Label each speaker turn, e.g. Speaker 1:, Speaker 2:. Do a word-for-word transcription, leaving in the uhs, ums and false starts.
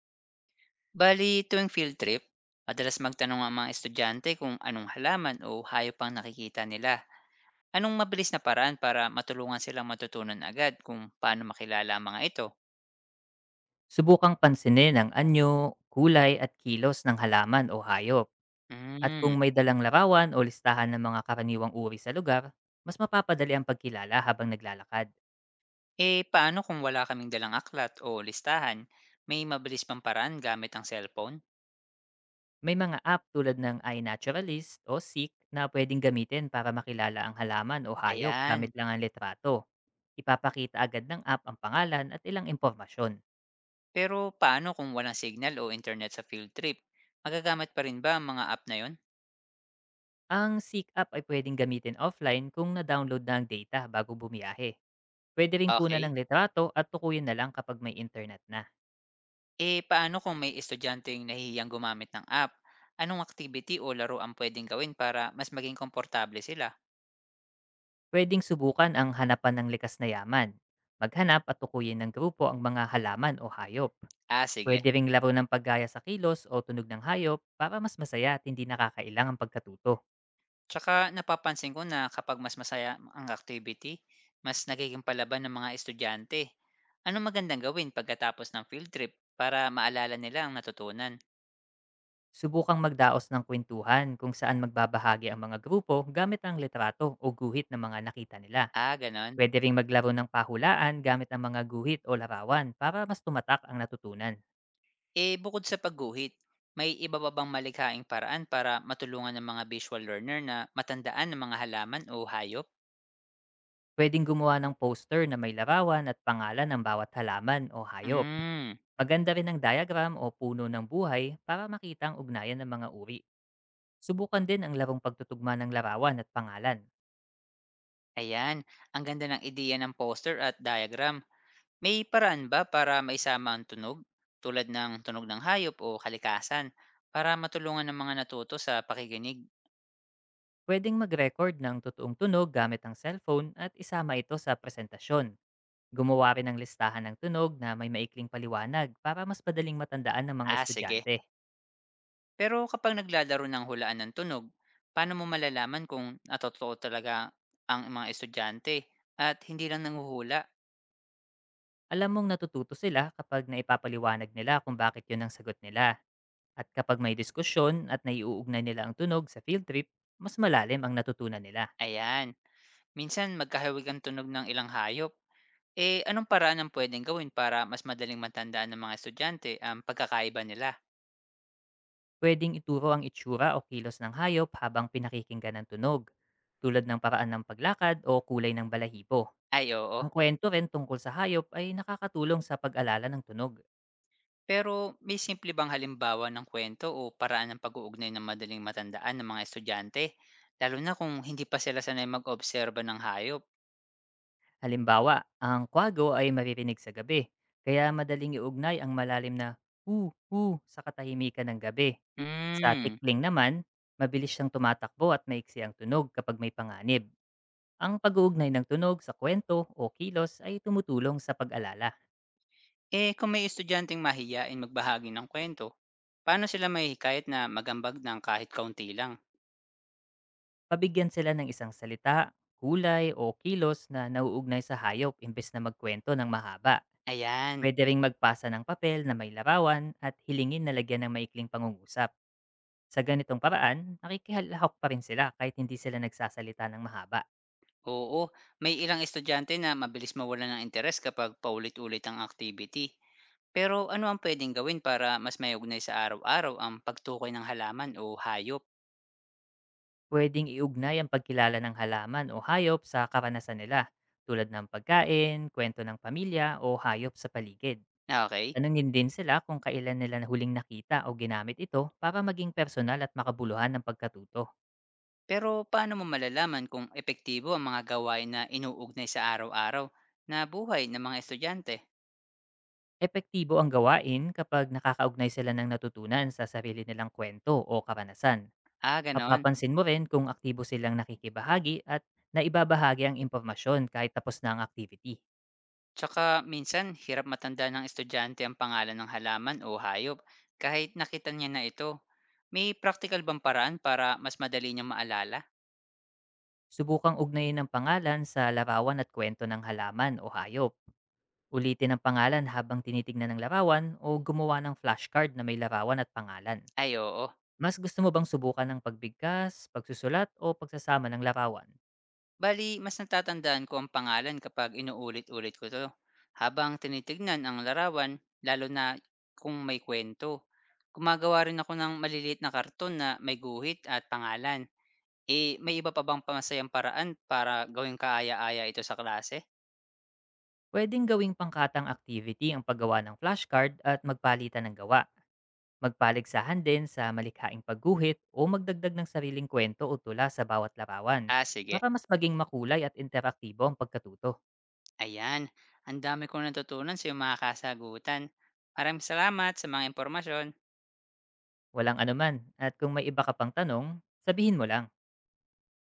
Speaker 1: Bali, tuwing field trip, madalas magtanong ang mga estudyante kung anong halaman o hayop ang nakikita nila. Anong mabilis na paraan para matulungan silang matutunan agad kung paano makilala ang mga ito?
Speaker 2: Subukang pansinin ang anyo, kulay at kilos ng halaman o hayop. At kung
Speaker 1: Hmm.
Speaker 2: may dalang larawan o listahan ng mga karaniwang uri sa lugar, mas mapapadali ang pagkilala habang naglalakad.
Speaker 1: Eh, paano kung wala kaming dalang aklat o listahan? May mabilis pang paraan gamit ang cellphone?
Speaker 2: May mga app tulad ng iNaturalist o Seek na pwedeng gamitin para makilala ang halaman o hayop
Speaker 1: Ayan.
Speaker 2: gamit lang ang litrato. Ipapakita agad ng app ang pangalan at ilang impormasyon.
Speaker 1: Pero paano kung walang signal o internet sa field trip? Magagamit pa rin ba ang mga app na yon?
Speaker 2: Ang Seek app ay pwedeng gamitin offline kung na-download na ang data bago bumiyahe. Puwede ring kunan
Speaker 1: Okay.
Speaker 2: ng litrato at tukuyin na lang kapag may internet na.
Speaker 1: Eh, paano kung may estudyanteng nahihiyang gumamit ng app? Anong activity o laro ang pwedeng gawin para mas maging komportable sila?
Speaker 2: Puwedeng subukan ang hanapan ng likas na yaman. Maghanap at tukuyin ng grupo ang mga halaman o hayop.
Speaker 1: Ah, sige.
Speaker 2: Pwede ring laro ng paggaya sa kilos o tunog ng hayop para mas masaya at hindi nakakailang ang pagkatuto.
Speaker 1: Tsaka napapansin ko na kapag mas masaya ang activity, mas nagiging palaban ng mga estudyante. Ano magandang gawin pagkatapos ng field trip para maalala nila ang natutunan?
Speaker 2: Subukang magdaos ng kwentuhan kung saan magbabahagi ang mga grupo gamit ang litrato o guhit ng mga nakita nila.
Speaker 1: Ah, ganon.
Speaker 2: Pwede ring maglaro ng pahulaan gamit ang mga guhit o larawan para mas tumatak ang natutunan.
Speaker 1: Eh, bukod sa pagguhit, may iba pa bang malikhaing paraan para matulungan ng mga visual learner na matandaan ng mga halaman o hayop?
Speaker 2: Pwedeng gumawa ng poster na may larawan at pangalan ng bawat halaman o hayop.
Speaker 1: Hmm,
Speaker 2: Maganda rin ang diagram o puno ng buhay para makita ang ugnayan ng mga uri. Subukan din ang larong pagtutugma ng larawan at pangalan.
Speaker 1: Ayan, ang ganda ng ideya ng poster at diagram. May paraan ba para maisama ang tunog tulad ng tunog ng hayop o kalikasan para matulungan ng mga natuto sa pakikinig?
Speaker 2: Pwedeng mag-record ng totoong tunog gamit ang cellphone at isama ito sa presentasyon. Gumawa rin ng listahan ng tunog na may maikling paliwanag para mas madaling matandaan ng mga
Speaker 1: Ah, sige.
Speaker 2: estudyante.
Speaker 1: Pero kapag naglalaro ng hulaan ng tunog, paano mo malalaman kung natotoo talaga ang mga estudyante at hindi lang nanguhula?
Speaker 2: Alam mong natututo sila kapag naipapaliwanag nila kung bakit yun ang sagot nila. At kapag may diskusyon at naiuugnay nila ang tunog sa field trip, mas malalim ang natutunan nila.
Speaker 1: Ayan, minsan magkahawig ang tunog ng ilang hayop. Eh, anong paraan ang pwedeng gawin para mas madaling matandaan ng mga estudyante ang pagkakaiba nila?
Speaker 2: Pwedeng ituro ang itsura o kilos ng hayop habang pinakikinggan ang tunog, tulad ng paraan ng paglakad o kulay ng balahibo.
Speaker 1: Ay, oo.
Speaker 2: Ang kwento rin tungkol sa hayop ay nakakatulong sa pag-alala ng tunog.
Speaker 1: Pero may simple bang halimbawa ng kwento o paraan ng pag-uugnay na madaling matandaan ng mga estudyante? Lalo na kung hindi pa sila sanay mag-obserba ng hayop.
Speaker 2: Halimbawa, ang kwago ay maririnig sa gabi, kaya madaling iugnay ang malalim na hu hu sa katahimikan ng gabi. Sa
Speaker 1: Hmm.
Speaker 2: tikling naman, mabilis siyang tumatakbo at maiksi ang tunog kapag may panganib. Ang pag-uugnay ng tunog sa kwento o kilos ay tumutulong sa pag-alala.
Speaker 1: Eh kung may estudyanteng mahiyain magbahagi ng kwento, paano sila mahihikayat na magambag ng kahit kaunti lang?
Speaker 2: Pabigyan sila ng isang salita, kulay o kilos na nauugnay sa hayop imbes na magkwento ng mahaba.
Speaker 1: Ayan.
Speaker 2: Pwede ring magpasa ng papel na may larawan at hilingin na lagyan ng maikling pangungusap. Sa ganitong paraan, nakikihalahok pa rin sila kahit hindi sila nagsasalita ng mahaba.
Speaker 1: Oo, may ilang estudyante na mabilis mawala ng interes kapag paulit-ulit ang activity. Pero ano ang pwedeng gawin para mas mayugnay sa araw-araw ang pagtukoy ng halaman o hayop?
Speaker 2: Pwedeng iugnay ang pagkilala ng halaman o hayop sa karanasan nila, tulad ng pagkain, kwento ng pamilya o hayop sa paligid.
Speaker 1: Okay?
Speaker 2: Tanungin din sila kung kailan nila huling nakita o ginamit ito para maging personal at makabuluhan ng pagkatuto.
Speaker 1: Pero paano mo malalaman kung epektibo ang mga gawain na inuugnay sa araw-araw na buhay ng mga estudyante?
Speaker 2: Epektibo ang gawain kapag nakakaugnay sila ng natutunan sa sarili nilang kwento o karanasan.
Speaker 1: Ah, ganoon.
Speaker 2: Mapapansin mo rin kung aktibo silang nakikibahagi at naibabahagi ang impormasyon kahit tapos na ang activity.
Speaker 1: Tsaka minsan, hirap matanda ng estudyante ang pangalan ng halaman o hayop kahit nakita niya na ito. May practical bang paraan para mas madali niyang maalala?
Speaker 2: Subukang ugnayin ang pangalan sa larawan at kwento ng halaman o hayop. Ulitin ang pangalan habang tinitignan ng larawan o gumawa ng flashcard na may larawan at pangalan.
Speaker 1: Ay, oo.
Speaker 2: Mas gusto mo bang subukan ng pagbigkas, pagsusulat o pagsasama ng larawan?
Speaker 1: Bali mas natatandaan ko ang pangalan kapag inuulit-ulit ko 'to, habang tinitignan ang larawan, lalo na kung may kwento. Gumagawa rin ako ng maliliit na karton na may guhit at pangalan. Eh, may iba pa bang pa masayang paraan para gawing kaaya-aya ito sa klase?
Speaker 2: Pwedeng gawing pangkatang activity ang paggawa ng flashcard at magpalitan ng gawa. Magpaligsahan din sa malikhaing pagguhit o magdagdag ng sariling kwento o tula sa bawat larawan
Speaker 1: Ah, sige.
Speaker 2: para mas maging makulay at interaktibo ang pagkatuto.
Speaker 1: Ayan, ang dami kong natutunan sa iyong mga kasagutan. Maraming salamat sa mga impormasyon.
Speaker 2: Walang anuman at kung may iba ka pang tanong, sabihin mo lang.